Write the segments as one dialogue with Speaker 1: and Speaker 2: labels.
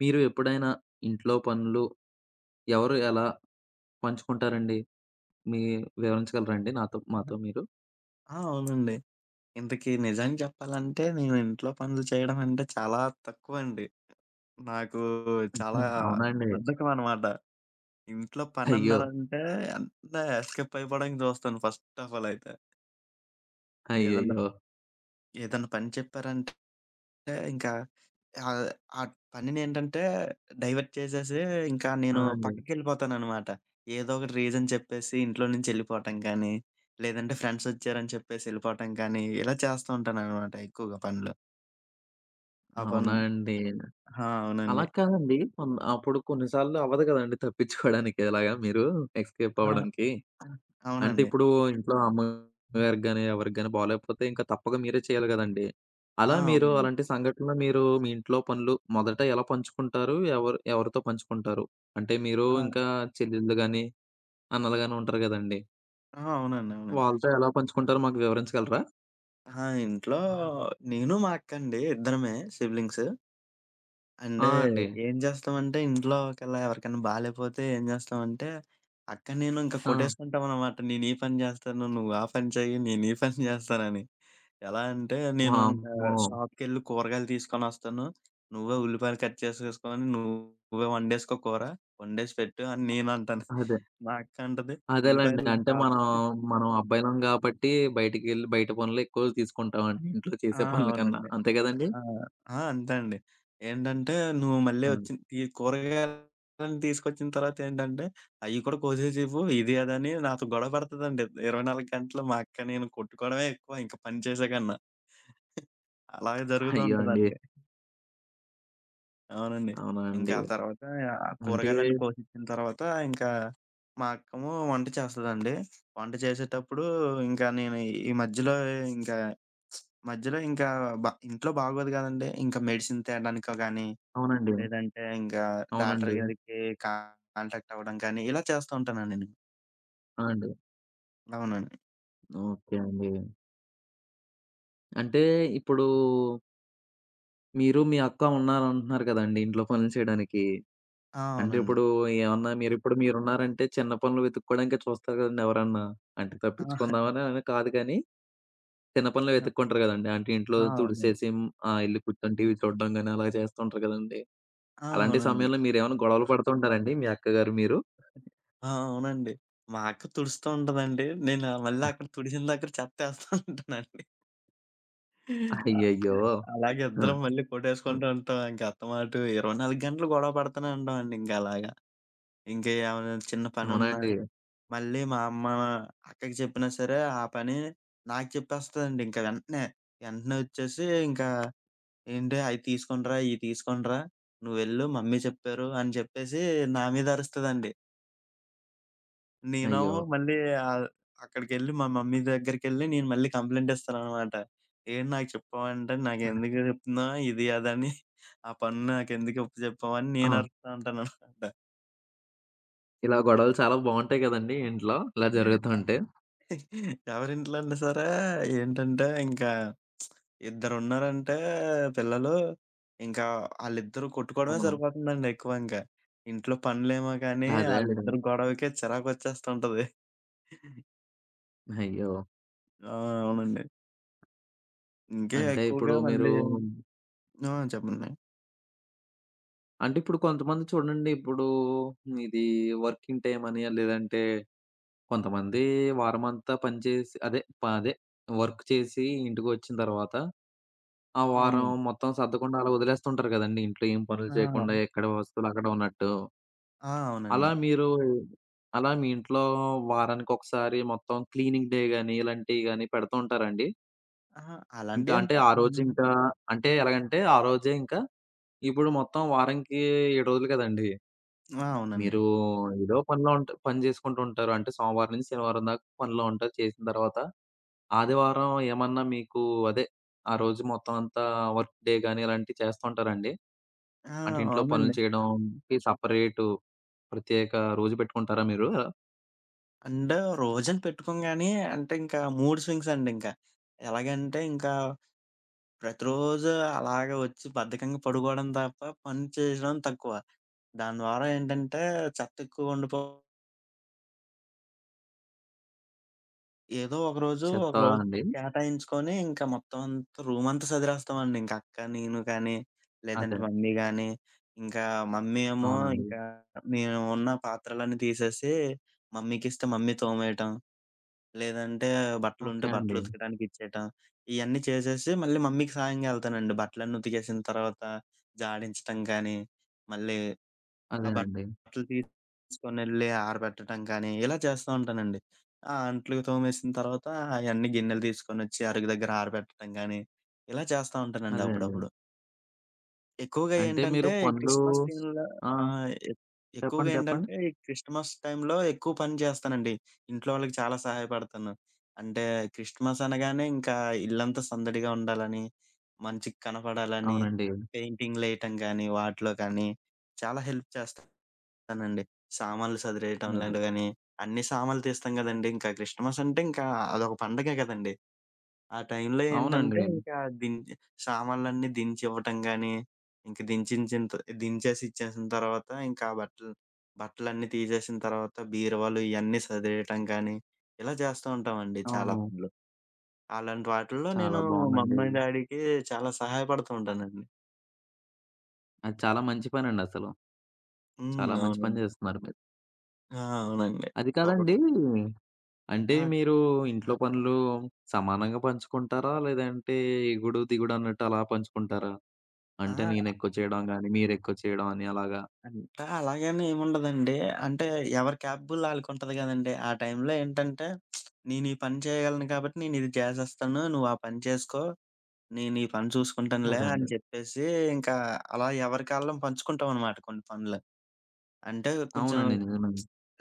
Speaker 1: మీరు ఎప్పుడైనా ఇంట్లో పనులు ఎవరు ఎలా పంచుకుంటారండి? మీ వివరించగలరా అండి నాతో మాతో మీరు?
Speaker 2: ఆ! అవునండి. ఇంతకీ నిజానికి చెప్పాలంటే నేను ఇంట్లో పనులు చేయడం అంటే చాలా తక్కువండి. నాకు చాలా
Speaker 1: ఆహా! అవునా అండి?
Speaker 2: బద్ధకం అనమాట. ఇంట్లో
Speaker 1: అయ్యో!
Speaker 2: పనన్నారంటే అంటే ఎస్కేప్ అయిపోవడానికి చూస్తాను ఫస్ట్ ఆఫ్ ఆల్ అయితే. ఏదన్నా
Speaker 1: అయ్యయ్యో!
Speaker 2: ఏదన్నా పని చెప్పారంటే అంటే ఇంకా ఆహ్, ఆ పనినేంటంటే డైవర్ట్ చేసేసి ఇంకా
Speaker 1: ఆ!
Speaker 2: నేను
Speaker 1: అండి.
Speaker 2: పక్కకెళ్ళిపోతాననమాట. ఏదో ఒకటి రీజన్ చెప్పేసి ఇంట్లో నుంచెళ్ళిపోవటం కానీ, లేదంటే ఫ్రెండ్సొచ్చారని చెప్పేసి ఎళ్ళిపోవటం కానీ, ఇలా చేస్తూ ఉంటాననమాట ఎక్కువగా పనులు. ఆ పన్
Speaker 1: అవునా అండి?
Speaker 2: ఆ!
Speaker 1: అలా
Speaker 2: అవునండి.
Speaker 1: కాదండి. కొన్ని సార్లు అవ్వదు కదండీ తప్పించుకోవడానికి ఎలాగా మీరు ఎస్కేప్
Speaker 2: ఆ!
Speaker 1: అవ్వడానికి.
Speaker 2: ఆ,
Speaker 1: అంటే
Speaker 2: అవునండి.
Speaker 1: ఇప్పుడు ఇంట్లో అమ్మగారికి గాని, ఎవరికి గాని బాలేకపోతే ఇంకా తప్పక మీరే చేయాలి గదండీ!
Speaker 2: ఆ! అవునండి.
Speaker 1: అలాంటి సంఘటనలో మీరు మీ ఇంట్లో పనులు మొదట ఎలా పంచుకుంటారు? ఎవరు ఎవరితో పంచుకుంటారు? అంటే మీరు
Speaker 2: ఆ!
Speaker 1: ఇంకా చెల్లెళ్ళు గాని, అన్నలు గాని ఉంటారు గదండీ!
Speaker 2: ఆ! అవునండి. అవునండి.
Speaker 1: వాళ్ళతో ఎలా పంచుకుంటారో మాకు వివరించగలరా?
Speaker 2: ఆ! ఇంట్లో నేను, మా అక్కండి ఇద్దరమే సిబ్లింగ్స్.
Speaker 1: ఆ!
Speaker 2: అంటే
Speaker 1: అండి.
Speaker 2: ఏం జేస్తామంటే ఇంట్లోకెలా ఎవరికైనా బాలేపోతే ఏం జేస్తామంటే, అక్క నేను ఇంక
Speaker 1: ఆ!
Speaker 2: కొట్టేసుకుంటామనమాట. నేను ఈ పని జేస్తాను, నువ్వు ఆ పని చెయ్యి, నేను ఈ పని జేస్తానని. ఎలా అంటే నేను ఇంకా
Speaker 1: వామ్మో!
Speaker 2: షాప్‌కెళ్ళి కూరగాయలు తీసుకొనొస్తాను. నువ్వే ఉల్లిపాయలు కట్ చేసేసుకొని, నువ్వే వండేసుకో కూర. వండేసి పెట్టు అని నేనంటాను.
Speaker 1: అదే.
Speaker 2: మా అక్క అంటది,
Speaker 1: అదేలెండి.
Speaker 2: "ఉల్లిపాయలు షాప్".
Speaker 1: మనం అబ్బాయిలం గాబట్టి బయటికెళ్ళి బయట పనులే ఎక్కువ తీసుకుంటామండి. ఇంట్లో
Speaker 2: ఆ!
Speaker 1: చేసే పనుల కన్నా.
Speaker 2: అవునండి.
Speaker 1: అంతే గదండీ!
Speaker 2: ఆ! ఆ! అంతే అండి. ఏంటంటే నువ్వు మళ్ళీ
Speaker 1: ఆ!
Speaker 2: వచ్చి ఈ కూరగాయలను తీసుకొచ్చిన తర్వాత ఏంటంటే, అయి కూడా కోసేసివ్వు ఇది అదని నాతో గొడవ పడతదండి. 24 గంటలు మా అక్క నేను కొట్టుకోవడమే ఎక్కువ ఇంక పని చేసే కన్నా. అలాగే జరుగుతూ
Speaker 1: అయ్యో! అండి.
Speaker 2: ఉంటదండి. అవునండి.
Speaker 1: అవునా
Speaker 2: ఇంకా
Speaker 1: అండి?
Speaker 2: ఆ తర్వాత ఆ
Speaker 1: అంటే
Speaker 2: కూరగాయలన్నీ కోసిచ్చిన తర్వాత ఇంకా మా అక్కేమో వంట చేస్తదండి. వంట చేసేటప్పుడు ఇంకా నేను ఈ మధ్యలో ఇంకా మధ్యలో ఇంకా ఇంట్లో బాగోదు కదండీ! ఇంకా మెడిసిన్ తేడానికో గాని
Speaker 1: అవునండి.
Speaker 2: లేదంటే ఇంకా డాక్టర్
Speaker 1: అవునండి.
Speaker 2: గారికి కాంటాక్ట్ అవ్వడం కానీ, ఇలా చేస్తూ ఉంటానండి నేను.
Speaker 1: ఆ! అండి.
Speaker 2: అవునండి.
Speaker 1: ఓకే అండి. అంటే ఇప్పుడు మీరు, మీ అక్క ఉన్నారంటున్నారు కదండీ! ఇంట్లో పనులు చేయడానికి.
Speaker 2: ఆ!
Speaker 1: అంటే
Speaker 2: అవునండి.
Speaker 1: ఇప్పుడు ఏమన్నా మీరున్నారంటే చిన్న పనులు వెతుక్కోవడానికే చూస్తారు కదండీ ఎవరన్నా. అంటే
Speaker 2: ఆ!
Speaker 1: తప్పించుకుందామని అని కాదు కానీ, చిన్న పనులు వెతుక్కుంటారు కదండీ. అంటే ఇంట్లో
Speaker 2: ఆ! అవునండి.
Speaker 1: తుడిసేసి ఎళ్లి కూర్చొని టీవీ చూడడం గాని అలా చేస్తుంటారు కదండీ.
Speaker 2: ఆ!
Speaker 1: అలాంటి
Speaker 2: అవునండి.
Speaker 1: సమయంలో మీరేమైనా గొడవలు పడుతుంటారండి మీ అక్కగారు మీరు?
Speaker 2: ఆ! అవునండి. మా అక్క తుడుస్తూ ఉంటదండి. నేను మళ్ళీ అక్కడ తుడిసిన దగ్గర చెత్తేస్తా ఉంటానండి. అ
Speaker 1: అయ్యయ్యో!
Speaker 2: అలాగే
Speaker 1: హ్మ్.
Speaker 2: ఇద్దరం మళ్ళీ
Speaker 1: హ్మ్.
Speaker 2: కొట్టేసుకుంటూ ఉంటాం. ఇంక అత్తమాట 24 గంటలు గొడవ పడుతూనే ఉంటామండి ఇంక అలాగా. ఇంక ఏమైనా చిన్న
Speaker 1: అవునా
Speaker 2: పనున్నా
Speaker 1: అండి?
Speaker 2: మళ్ళీ మా అమ్మ, అక్కకి చెప్పినా సరే ఆ పని నాకు చెప్పేస్తదండి ఇంక వెంటనే. వెంటనే వచ్చేసి ఇంకా "ఏంటి అయి తీసుకొనిరా, ఇయి తీసుకొనిరా, నువ్వెళ్ళు మమ్మీ చెప్పారు" అని చెప్పేసి నా మీద అరుస్తదండి.
Speaker 1: అయ్యో!
Speaker 2: నేనేమో మళ్ళీ ఆహ్, అక్కడికెళ్ళి మా మమ్మీ దగ్గరికెళ్ళి నేను మళ్ళీ కంప్లెయింట్ ఇస్తాననమాట. "ఏంటి నాకు చెప్పావా" అంటే "నాకెందుకు చెప్తున్నావు ఇది, అది" అని "ఆ పని నాకెందుకు అప్పచెప్పావు" అని
Speaker 1: ఆ!
Speaker 2: నేను అరుస్తా ఉంటాననమాట.
Speaker 1: ఇలా గొడవలు చాలా బావుంటాయి గదండీ ఇంట్లో. ఇలా జరుగుతుంటే.
Speaker 2: ఎవరింట్లో అన్నా సరే ఏంటంటే ఇంకా ఇద్దరున్నారంటే పిల్లలు, ఇంకా ఆళ్ళిద్దరూ
Speaker 1: ఆ!
Speaker 2: కొట్టుకోవడమే సరిపోతుందండి ఎక్కువ ఇంకా. ఇంట్లో పనులేమో కానీ
Speaker 1: అదే అండి.
Speaker 2: ఆళ్ళిద్దరి గొడవకే చిరాకొచ్చేస్తుంటది.
Speaker 1: అయ్యో!
Speaker 2: ఆ! అవునండి. ఇంకే
Speaker 1: అంటే
Speaker 2: ఎక్కువగా
Speaker 1: ఇప్పుడు మీరు
Speaker 2: మళ్ళీ ఆ! చెప్పండి.
Speaker 1: అంటే ఇప్పుడు కొంతమంది చూడండి ఇప్పుడు ఇది వర్కింగ్ టైమ్ అని లేదంటే కొంతమంది వారమంతా పని చేసి అదే వర్క్ చేసి ఇంటికొచ్చిన తర్వాత ఆ వారం
Speaker 2: అవునండి.
Speaker 1: మొత్తం సర్దకుండా అలా వదిలేస్తుంటారు గదండీ. ఇంట్లో ఏం పనులు
Speaker 2: ఆ!
Speaker 1: చేయకుండా ఎక్కడ వస్తువులు అక్కడే ఉన్నట్టు.
Speaker 2: ఆ! అవునండి.
Speaker 1: అలా మీరు అలా మీ ఇంట్లో వారానికొకసారి మొత్తం క్లీనింగ్ డే గాని ఇలాంటియి గాని పెడుతూ ఉంటారా అండి?
Speaker 2: అహా!
Speaker 1: ఇంక
Speaker 2: అలాంటియేం
Speaker 1: అంటే ఆ రోజు
Speaker 2: పెట్టమండి.
Speaker 1: ఇంకా అంటే ఎలాగంటే ఆ రోజే ఇంకా ఇప్పుడు మొత్తం వారానికి 7 రోజులు కదండీ!
Speaker 2: ఆ! అవునండి.
Speaker 1: మీరు ఏదో పని చేసుకుంటూ ఉంటారు. అంటే సోమవారం నుంచి శనివారం దాకా పనిలో ఉంటారు. చేసిన తర్వాత ఆదివారం ఏమన్నా మీకు అదే ఆ రోజు మొత్తం అంతా వర్క్ డే గాని ఇలాంటివి చేస్తూ ఉంటారా అండి?
Speaker 2: ఆ!
Speaker 1: అంటే ఇంట్లో పనులు
Speaker 2: అవునండి.
Speaker 1: చేయడంకి సెపరేటు ప్రత్యేక రోజు పెట్టుకుంటారా మీరు?
Speaker 2: అంటే రోజని పెట్టుకోం గానీ అంటే ఇంకా మూడ్ స్వింగ్స్ అండి ఇంకా. ఎలాగంటే ఇంకా ప్రతిరోజు అలాగే వచ్చి బద్ధకంగా పడుకోవడం తప్ప, పని చేయడం తక్కువ. దాని ద్వారా ఏంటంటే చెత్త ఎక్కువ ఉండిపో ఏదో ఒకరోజు,
Speaker 1: చెత్తా
Speaker 2: ఒకరోజు
Speaker 1: అండి?
Speaker 2: కేటాయించుకొని ఇంకా మొత్తం అంతా రూమంతా సదిరేస్తామండి. ఇంక అక్క, నేను కానీ, లేదంటే
Speaker 1: అదే.
Speaker 2: మమ్మీ గానీ, ఇంకా మమ్మీ ఏమో
Speaker 1: అవునండి.
Speaker 2: ఇంకా నేను ఉన్న పాత్రలన్నీ తీసేసి మమ్మీకిస్తే మమ్మీ తోమేయటం. లేదంటే బట్టలుంటే
Speaker 1: ఓకే
Speaker 2: బట్టలు
Speaker 1: అండి.
Speaker 2: ఉతకడానికి ఇచ్చేయటం. ఇయన్నీ చేసేసి మళ్ళీ మమ్మీకి సాయంగా ఎళ్తానండి. బట్టలన్నీ ఉతికేసిన తర్వాత జాడించటం కానీ, మళ్ళీ ఆ
Speaker 1: అదేనండి.
Speaker 2: బట్టలు తీసుకొనెళ్ళి ఆరబెట్టటం కానీ, ఇలా చేస్తా ఉంటానండి. ఆ అంట్లు తోమేసిన తర్వాత అయన్నీ గిన్నెలు తీసుకొనొచ్చి అరుగు దగ్గర ఆరబెట్టటం గానీ, ఇలా చేస్తా ఉంటానండి
Speaker 1: అదే అండి.
Speaker 2: అప్పుడప్పుడు. ఎక్కువగా
Speaker 1: అంటే
Speaker 2: ఏంటంటే
Speaker 1: మీరు
Speaker 2: ఈ
Speaker 1: పనులు
Speaker 2: క్రిస్మస్ టైమ్‌లో
Speaker 1: ఆ!
Speaker 2: ఆహ్, ఎ ఎక్కువగా
Speaker 1: చెప్పండి. చెప్పండి.
Speaker 2: ఏంటంటే ఈ క్రిస్టమస్ టైమ్‌లో ఎక్కువ పని చేస్తానండి. ఇంట్లో వాళ్ళకి చాలా సహాయపడతాను. అంటే క్రిస్టమస్ అనగానే ఇంకా ఇల్లంతా సందడిగా ఉండాలని, మంచిగా కనపడాలని,
Speaker 1: అవునండి.
Speaker 2: పెయింటింగ్‌లేయటం గానీ, వాటిలో కానీ చాలా హెల్ప్ చేస్తానండి. సామాన్లు సదిరేయటంలో
Speaker 1: అదే.
Speaker 2: గాని, అన్ని సామాన్లు తీస్తాం గదండీ! ఇంకా క్రిస్టమస్ అంటే ఇంకా అదొక పండగే గదండీ! ఆ టైంలో ఏంటంటే
Speaker 1: అవునండి.
Speaker 2: ఇంకా దించి సామాన్లన్నీ దించి ఇవ్వటం గాని, ఇంక దించించిన త దించేసి ఇచ్చేసిన తర్వాత ఇంకా ఆ బట్టలు బట్టలన్నీ తీసేసిన తర్వాత బీరువాలు ఇయన్నీ సదిరేయటం కానీ, ఇలా చేస్తూ ఉంటామండి చాలా
Speaker 1: అవును.
Speaker 2: పనులు. అలాంటి వాటిల్లో నేను
Speaker 1: చాలా బావుందండి.
Speaker 2: మమ్మీ, డ్యాడీకి చాలా సహాయపడుతూ ఉంటానండి.
Speaker 1: అది చాలా మంచి పనండసలు. చాలా
Speaker 2: హ్మ్.
Speaker 1: మంచి పని
Speaker 2: అవునండి.
Speaker 1: చేస్తున్నారు మీరు.
Speaker 2: ఆ! అవునండి.
Speaker 1: అది
Speaker 2: ఒకొక్
Speaker 1: కాదండి, అంటే
Speaker 2: ఆ!
Speaker 1: మీరు ఇంట్లో పనులు సమానంగా పంచుకుంటారా? లేదంటే ఎగుడు, దిగుడు అన్నట్టు అలా పంచుకుంటారా? అంటే
Speaker 2: అహా!
Speaker 1: నేనెక్కువ చేయడం గాని, మీరెక్కువ చేయడం అని అలాగా?
Speaker 2: అంటే అలాగని ఏముండదండి. అంటే ఎవరి క్యాపబుల్ ఆళ్ళకుంటది గదండీ. ఆ టైంలో ఏంటంటే నేను ఈ పని చేయగలను కాబట్టి నేనిది చేసేస్తాను. నువ్వు ఆ పని చేసుకో. నేను ఈ పని చూసుకుంటానులే
Speaker 1: అదే
Speaker 2: అని
Speaker 1: అండి.
Speaker 2: చెప్పేసి ఇంకా అలా ఎవరికి ఆళ్ళం పంచుకుంటామనమాట కొన్ని పనులు. అంటే కొంచెం
Speaker 1: అవునండి. నిజమే.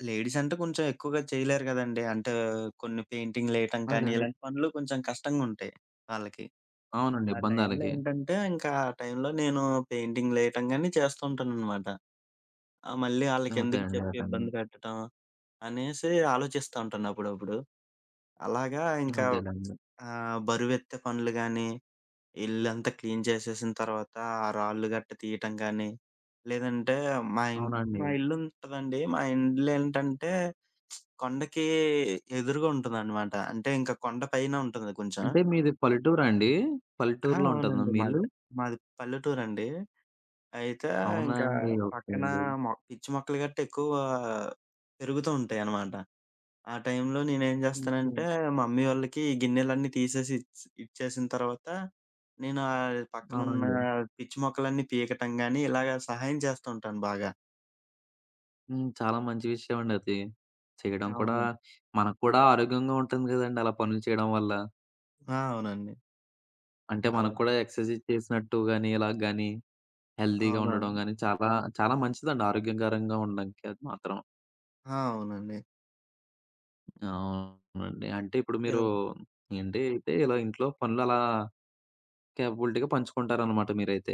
Speaker 2: లేడీస్ అంటే కొంచెం ఎక్కువగా చేయలేరు గదండీ. అంటే కొన్ని పెయింటింగ్‌లేయటం
Speaker 1: అదే
Speaker 2: కానీ
Speaker 1: అండి.
Speaker 2: ఇలాంటి పనులు కొంచెం కష్టంగుంటాయి వాళ్ళకి.
Speaker 1: అవునండి.
Speaker 2: ఆ టైంలో
Speaker 1: ఇబ్బందాలకి.
Speaker 2: ఏంటంటే ఇంకా ఆ టైంలో నేను పెయింటింగ్‌లేయటం గాని చేస్తూ ఉంటాననమాట. ఆ! మళ్ళీ
Speaker 1: అదే
Speaker 2: ఆళ్ళకెందుకు
Speaker 1: అండి.
Speaker 2: చెప్పి
Speaker 1: అదే అండి.
Speaker 2: ఇబ్బంది పెట్టటం అనేసి ఆలోచిస్తా ఉంటాను అప్పుడప్పుడు. అలాగా ఇంకా
Speaker 1: అదేలెండి.
Speaker 2: బరువెత్తే పనులు గానీ, ఇల్లంతా క్లీన్ చేసేసిన తర్వాత ఆ రాళ్ళు గట్ట తీయటం గానీ, లేదంటే మా ఇన్
Speaker 1: అవునండి.
Speaker 2: మా ఇల్లుంటదండి. మా ఇల్లేంటంటే కొండకి ఎదురుగా ఉంటుందనమాట. అంటే ఇంకా కొండ పైన ఉంటుంది కొంచెం.
Speaker 1: అంటే మీది పల్లెటూరా అండి?
Speaker 2: ఆ!
Speaker 1: పల్లెటూరులో ఉంటదా
Speaker 2: అవునండి.
Speaker 1: మీ
Speaker 2: మాది
Speaker 1: ఇల్లు?
Speaker 2: మాది పల్లెటూరండి. అయితే
Speaker 1: అవునా
Speaker 2: ఇంకా
Speaker 1: అండి? ఓకే
Speaker 2: పక్కన
Speaker 1: అండి.
Speaker 2: పిచ్చి మొక్కలు గట్టా ఎక్కువ పెరుగుతూ ఉంటాయనమాట. ఆ టైంలో నేనేం
Speaker 1: హుహు.
Speaker 2: జేస్తానంటే, మమ్మీ వాళ్ళకి ఈ గిన్నెలన్నీ తీసేసి ఇచ్చేసిన తర్వాత, నేను పక్కనున్న
Speaker 1: అవునండి.
Speaker 2: పిచ్చి మొక్కలన్నీ పీకటం గాని, ఇలాగ సహాయం చేస్తూ ఉంటాను బాగా.
Speaker 1: హ్మ్. చాలా మంచి విషయం అండి అది. చేయడం కూడా
Speaker 2: అవునండి.
Speaker 1: మనకు కూడా ఆరోగ్యంగా ఉంటుంది గదండీ అలా పనులు చేయడం వల్ల.
Speaker 2: ఆ! అవునండి.
Speaker 1: అంటే
Speaker 2: అలా
Speaker 1: మనకు కూడా ఎక్సర్‌సైజ్ చేసినట్టు గాని, ఇలా గాని హెల్తీగా
Speaker 2: అవునవును.
Speaker 1: ఉండడం గాని చాలా చాలా మంచిదండి ఆరోగ్యకరంగా ఉండడానికి అది మాత్రం.
Speaker 2: ఆ! అవునండి.
Speaker 1: అవునండి. అంటే ఇప్పుడు
Speaker 2: ఇలా
Speaker 1: మీరు ఏంటి అయితే ఇలా ఇంట్లో పనులు అలా కేపబిలిటీగా పంచుకుంటారనమాట మీరైతే.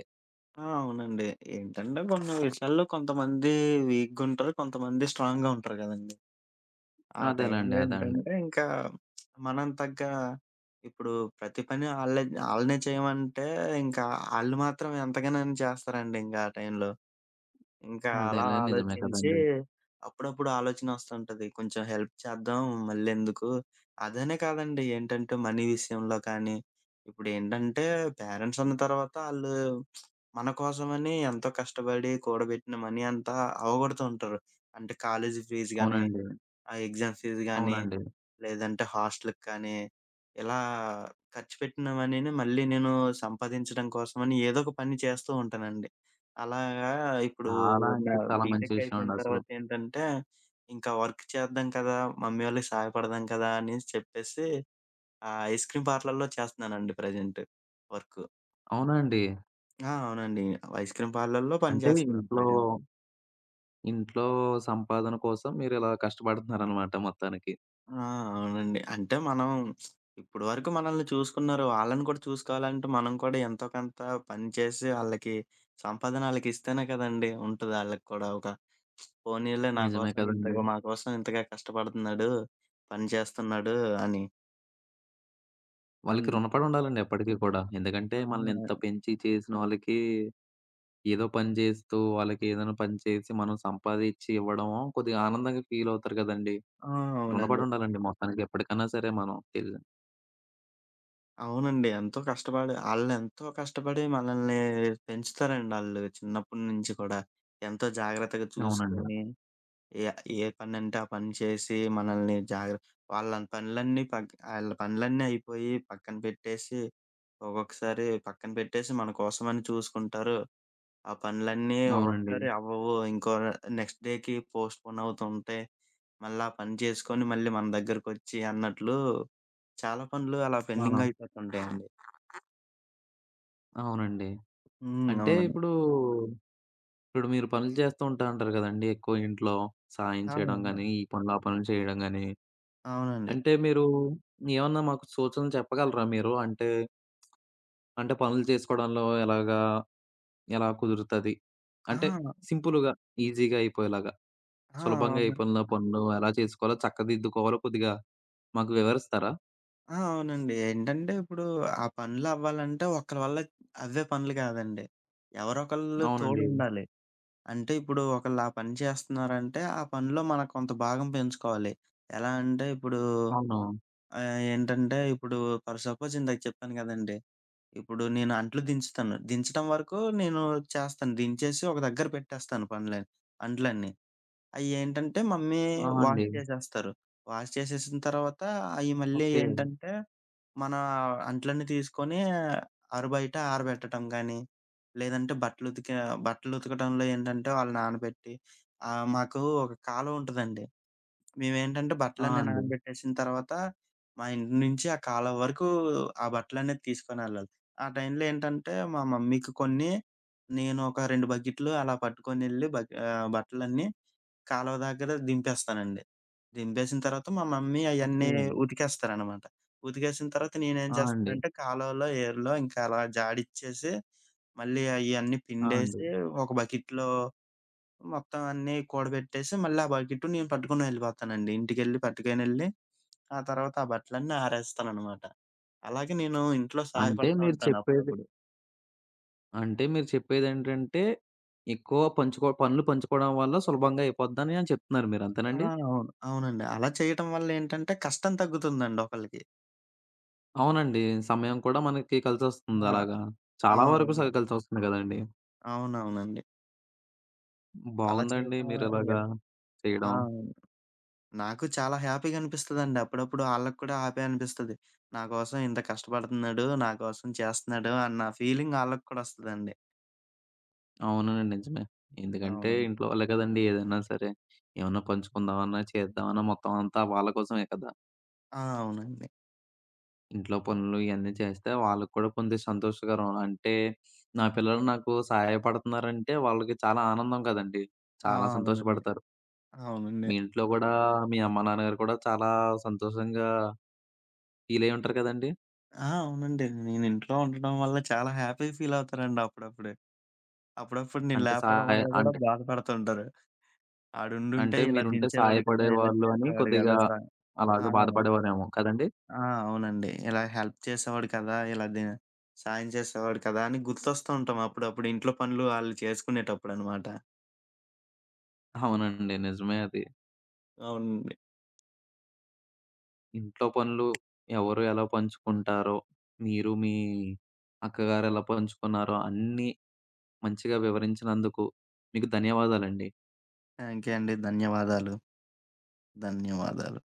Speaker 2: ఆ! అవునండి. ఏంటంటే కొన్ని విషయాల్లో కొంతమంది వీక్‌గుంటారు, కొంతమంది స్ట్రాంగ్‌గా ఉంటారు గదండీ! ఆ టైంలో
Speaker 1: అదేలెండి. అదే అండి.
Speaker 2: ఏంటంటే ఇంకా మనం తగ్గ ఇప్పుడు ప్రతి పని ఆళ్ళనే చేయమంటే ఇంకా ఆళ్ళు మాత్రం ఎంతగానని చేస్తారండి ఇంక ఆ టైంలో. ఇంకా అలా
Speaker 1: అదేలే నిజమే
Speaker 2: ఆలోచించి
Speaker 1: కదండీ.
Speaker 2: అప్పుడప్పుడు ఆలోచనొస్తుంటది. కొంచెం హెల్ప్ చేద్దాం మళ్ళెందుకు? అదనే కాదండి ఏంటంటే మనీ విషయంలో కానీ, ఇప్పుడేంటంటే పేరెంట్స్ అన్న తర్వాత ఆళ్ళు మన కోసమని ఎంతో కష్టపడి కూడబెట్టిన మనీ అంతా అవగొడుతూ ఉంటారు. అంటే కాలేజీ ఫీజు గాని,
Speaker 1: అవునండి.
Speaker 2: ఆ ఎగ్జామ్ ఫీజు గాని
Speaker 1: అవునండి.
Speaker 2: లేదంటే హాస్టల్‌కి కానీ, ఇలా ఖర్చు పెట్టిన మనీని మళ్ళీ నేను సంపాదించడం కోసమని ఏదో ఒక పని చేస్తూ ఉంటానండి. అలాగా ఇప్పుడు
Speaker 1: చాలా
Speaker 2: నా
Speaker 1: అంటే చాలా మంచి
Speaker 2: బీటెక్
Speaker 1: విషయం
Speaker 2: అయిపోయిన
Speaker 1: అండి అసలు.
Speaker 2: తర్వాత ఏంటంటే, ఇంకా వర్క్ చేద్దాం కదా! మమ్మీ వాళ్ళకి సహాయపడదాం కదా! అనేసి చెప్పేసి ఆ ఐస్ క్రీమ్ పార్లర్‌లో చేస్తున్నానండి ప్రెజెంట్ వర్కు.
Speaker 1: అవునా అండి?
Speaker 2: ఆ! అవునండి. ఐస్ క్రీమ్ పార్లర్‌లో పని
Speaker 1: అంటే
Speaker 2: చేస్తున్నాను ప్రెజెంట్.
Speaker 1: ఇంట్లో సంపాదన కోసం మీరిలా కష్టపడుతున్నారనమాట మొత్తానికి.
Speaker 2: ఆ! అవునండి. అంటే మనం ఇప్పటి వరకు మనల్ని చూసుకున్నారు. వాళ్ళని కూడా చూసుకోవాలంటే మనం కూడా ఎంతో కొంత పని చేసి ఆళ్ళకి సంపాదన ఆళ్ళకిస్తేనే కదండీ ఉంటది ఆళ్ళకి కూడా ఒక పోనీలే నా
Speaker 1: నిజమే
Speaker 2: కోసం
Speaker 1: కదండీ!
Speaker 2: ఇంతగా మా కోసం ఇంతగా కష్టపడుతున్నాడు, పని చేస్తున్నాడు అని.
Speaker 1: వాళ్ళకి
Speaker 2: అందు
Speaker 1: రుణపడి ఉండాలండి ఎప్పటికి కూడా. ఎందుకంటే మనల్ని ఇంత
Speaker 2: ఆ!
Speaker 1: పెంచి చేసిన వాళ్ళకి ఏదో పని చేస్తూ, వాళ్ళకి ఏదైనా పని చేసి మనం సంపాదిచ్చి ఇవ్వడం కొద్దిగా ఆనందంగా ఫీల్ అవుతారు కదండీ!
Speaker 2: ఆ!
Speaker 1: రుణపడి
Speaker 2: అవునండి.
Speaker 1: ఉండాలండి మొత్తానికి ఎప్పటికైనా సరే మనం.
Speaker 2: అవునండి. ఎంతో కష్టపడి ఆళ్ళెంతో కష్టపడి మనల్ని పెంచుతారండి ఆళ్ళు చిన్నప్పటి నుంచి కూడా. ఎంతో జాగ్రత్తగా
Speaker 1: అవునండి.
Speaker 2: చూసుకొని ఏ ఏ పనంటే ఆ పని చేసి మనల్ని వాళ్ళ పనులన్నీ పక్ ఆళ్ళ పనులన్నీ అయిపోయి పక్కన పెట్టేసి, ఒక్కొక్కసారి పక్కన పెట్టేసి మన కోసమని చూసుకుంటారు. ఆ పనులన్నీ
Speaker 1: అవునండి.
Speaker 2: ఒక్కొక్కసారి అవ్వవు. నెక్స్ట్ డేకి పోస్ట్‌పోన్ అవుతూ ఉంటాయి. మళ్ళా ఆ పని చేసుకొని మళ్ళీ మన దగ్గరకొచ్చి అన్నట్లు చాలా పనులు అలా
Speaker 1: ఆ!
Speaker 2: పెండింగ్ అయిపోతుంటాయండి.
Speaker 1: అవునండి.
Speaker 2: హ్మ్.
Speaker 1: అంటే
Speaker 2: అవునండి.
Speaker 1: ఇప్పుడు ఇప్పుడు మీరు పనులు చేస్తూ ఉంటా అంటారు కదండీ! ఎక్కువ ఇంట్లో సాయం
Speaker 2: ఆ!
Speaker 1: చేయడం
Speaker 2: అవును.
Speaker 1: గాని, ఈ పనులు, ఆ పనులు చేయడం గాని.
Speaker 2: అవునండి.
Speaker 1: అంటే మీరు ఏమన్నా మాకు సూచనలు చెప్పగలరా మీరు? అంటే, అంటే పనులు చేసుకోవడంలో ఎలాగా, ఎలా కుదురుతది? అంటే
Speaker 2: అహా!
Speaker 1: సింపుల్‌గా, ఈజీగా అయిపోయేలాగా,
Speaker 2: ఆ!
Speaker 1: సులభంగా
Speaker 2: అవును.
Speaker 1: అయిపోయేలా పనులు ఎలా చేసుకోవాలో, చక్కదిద్దుకోవాలో కొద్దిగా మాకు వివరిస్తారా?
Speaker 2: ఆ! అవునండి. ఏంటంటే ఇప్పుడు ఆ పనులవ్వాలంటే ఒకళ్ళ వల్ల అవ్వే పనులు కాదండి. ఎవరొకళ్ళు
Speaker 1: అవునండి.
Speaker 2: తోడుండాలి. అంటే ఇప్పుడు ఒకళ్ళు ఆ పని చేస్తున్నారంటే ఆ పనిలో మన కొంత భాగం పెంచుకోవాలి. ఎలా అంటే ఇప్పుడు
Speaker 1: అవును.
Speaker 2: ఏంటంటే ఇప్పుడు ఫర్ సపోజ్ ఇందాక చెప్పాను కదండీ! ఇప్పుడు నేను అంట్లు దించుతాను. దించడం వరకు నేను చేస్తాను. దించేసి ఒక దగ్గర పెట్టేస్తాను పనులని అంట్లన్నీ. అయ్యేంటంటే మమ్మీ
Speaker 1: ఆ!
Speaker 2: వాష్
Speaker 1: అండి.
Speaker 2: చేసేస్తారు. వాష్ చేసేసిన తర్వాత, అయి మళ్ళీ
Speaker 1: ఓకే.
Speaker 2: ఏంటంటే, మన అంట్లన్నీ తీసుకొని ఆరుబయట ఆరబెట్టటం గానీ, లేదంటే బట్టలు ఉతకటంలో ఏంటంటే, వాళ్ళు నానబెట్టి మాకు ఒక కాలువ ఉంటదండి. మేమేంటంటే
Speaker 1: ఆ!
Speaker 2: బట్టలన్నీ
Speaker 1: అండి.
Speaker 2: నానబెట్టేసిన తర్వాత, మా ఇంటి నుంచి ఆ కాలువ వరకు ఆ బట్టలనేది తీసుకొనెళ్ళాలి. ఆ టైంలో ఏంటంటే, మా మమ్మీకి కొన్ని, నేను ఒక 2 బకెట్లు అలా పట్టుకొనెళ్ళి బట్టలన్నీ కాలువ దగ్గర దింపేస్తానండి. దింపేసిన తర్వాత మా మమ్మీ
Speaker 1: ఓకే.
Speaker 2: అయన్నీ ఉతికేస్తారనమాట. ఉతికేసిన తర్వాత నేనేం
Speaker 1: ఆ! అండి.
Speaker 2: చేస్తానంటే కాలువలో, ఏరులో ఇంకా అలా జాడిచ్చేసి, మళ్ళీ అయన్నీ
Speaker 1: ఆ! అండి.
Speaker 2: పిండేసి, ఒక బకెట్‌లో మొత్తం అన్నీ కూడబెట్టేసి, మళ్ళీ ఆ బకెట్టు నేను పట్టుకొని వెళ్ళిపోతానండి. ఇంటికెళ్ళి పట్టుకొనెళ్ళి, ఆ తర్వాత ఆ బట్టలన్నీ ఆరేస్తాననమాట. అలాగే నేను ఇంట్లో
Speaker 1: అంటే
Speaker 2: సహాయపడతా
Speaker 1: మీరు
Speaker 2: ఉంటాను
Speaker 1: చెప్పేది
Speaker 2: అప్పుడప్పుడు.
Speaker 1: అంటే మీరు చెప్పేదేంటంటే, ఎక్కువ పంచుకో పనులు పంచుకోవడం వల్ల సులభంగా అయిపోద్దని అని చెప్తున్నారు మీరు.
Speaker 2: ఆ!
Speaker 1: అంతేనండి?
Speaker 2: అవును. అవునండి. అలా చేయటం వల్లేంటంటే కష్టం తగ్గుతుందండి ఒకళ్ళకి.
Speaker 1: అవునండి. సమయం కూడా మనకి కలిసొస్తుంది
Speaker 2: ఆ!
Speaker 1: అలాగా.
Speaker 2: ఆ!
Speaker 1: చాలా వరకు
Speaker 2: అవును.
Speaker 1: కలిసొస్తుంది కదండీ.
Speaker 2: అవునవునండి. అలా
Speaker 1: బాగుందండి
Speaker 2: చేయటం ఎలా
Speaker 1: మీరిలాగా
Speaker 2: ఆ!
Speaker 1: చేయడం.
Speaker 2: నాకు చాలా హ్యాపీగా అనిపిస్తదండి. అప్పుడప్పుడు ఆళ్ళకి కూడా హ్యాపీ అనిపిస్తది. నా కోసం ఇంత కష్టపడుతున్నాడు, నా కోసం చేస్తున్నాడు అన్న ఫీలింగ్ ఆళ్ళకి కూడా వస్తదండి.
Speaker 1: అవునండి. నిజమే. ఎందుకంటే
Speaker 2: అవునండి.
Speaker 1: ఇంట్లో వాళ్ళే కదండీ ఏదైనా సరే. ఏమన్నా పంచుకుందామన్నా, చేద్దామన్నా మొత్తం అంతా వాళ్ళ కోసమే కదా!
Speaker 2: ఆ! అవునండి.
Speaker 1: ఇంట్లో పనులు ఇయన్నీ చేస్తే వాళ్ళకి కూడా కొంత సంతోషకరం. అంటే నా పిల్లలు నాకు సహాయపడుతున్నారంటే వాళ్ళకి చాలా ఆనందం కదండీ!
Speaker 2: ఆ!
Speaker 1: చాలా
Speaker 2: అవునండి.
Speaker 1: సంతోషపడతారు.
Speaker 2: అవునండి.
Speaker 1: మీ ఇంట్లో కూడా మీ అమ్మ నాన్నగారు కూడా చాలా సంతోషంగా ఫీల్ అయ్యి ఉంటారు కదండీ!
Speaker 2: ఆ! అవునండి. నేను ఇంట్లో ఉండడం వల్ల చాలా హ్యాపీ ఫీల్ అవుతారండి అప్పుడప్పుడు. అప్పుడప్పుడు నేను
Speaker 1: అంటే
Speaker 2: లేపడం
Speaker 1: సహాయ
Speaker 2: వల్ల కూడా
Speaker 1: అంటే
Speaker 2: బాధపడుతుంటారు. ఆడుండుంటే
Speaker 1: అంటే
Speaker 2: ఇలా
Speaker 1: మీరుంటే
Speaker 2: దించేవాడు కదా! ఇలా
Speaker 1: సహాయపడేవాళ్ళు అని
Speaker 2: చేసేవాడు
Speaker 1: కొద్దిగా
Speaker 2: కదా! ఆ!
Speaker 1: అలాగా బాధపడేవారేమో కదండీ!
Speaker 2: ఆ! అవునండి. ఇలా హెల్ప్ చేసేవాడు కదా! ఇలా దె సాయం చేసేవాడు కదా! అని గుర్తొస్తూ ఉంటాం అప్పుడప్పుడు ఇంట్లో పనులు ఆళ్ళు చేసుకునేటప్పుడనమాట.
Speaker 1: అవునండి. నిజమే అది.
Speaker 2: అవునండి.
Speaker 1: ఇంట్లో పనులు ఎవరు ఎలా పంచుకుంటారో, మీరు మీ అక్కగారు ఎలా పంచుకున్నారో అన్నీ మంచిగా వివరించినందుకు మీకు ధన్యవాదాలండి.
Speaker 2: థాంక్ యూ అండి. ధన్యవాదాలు. ధన్యవాదాలు.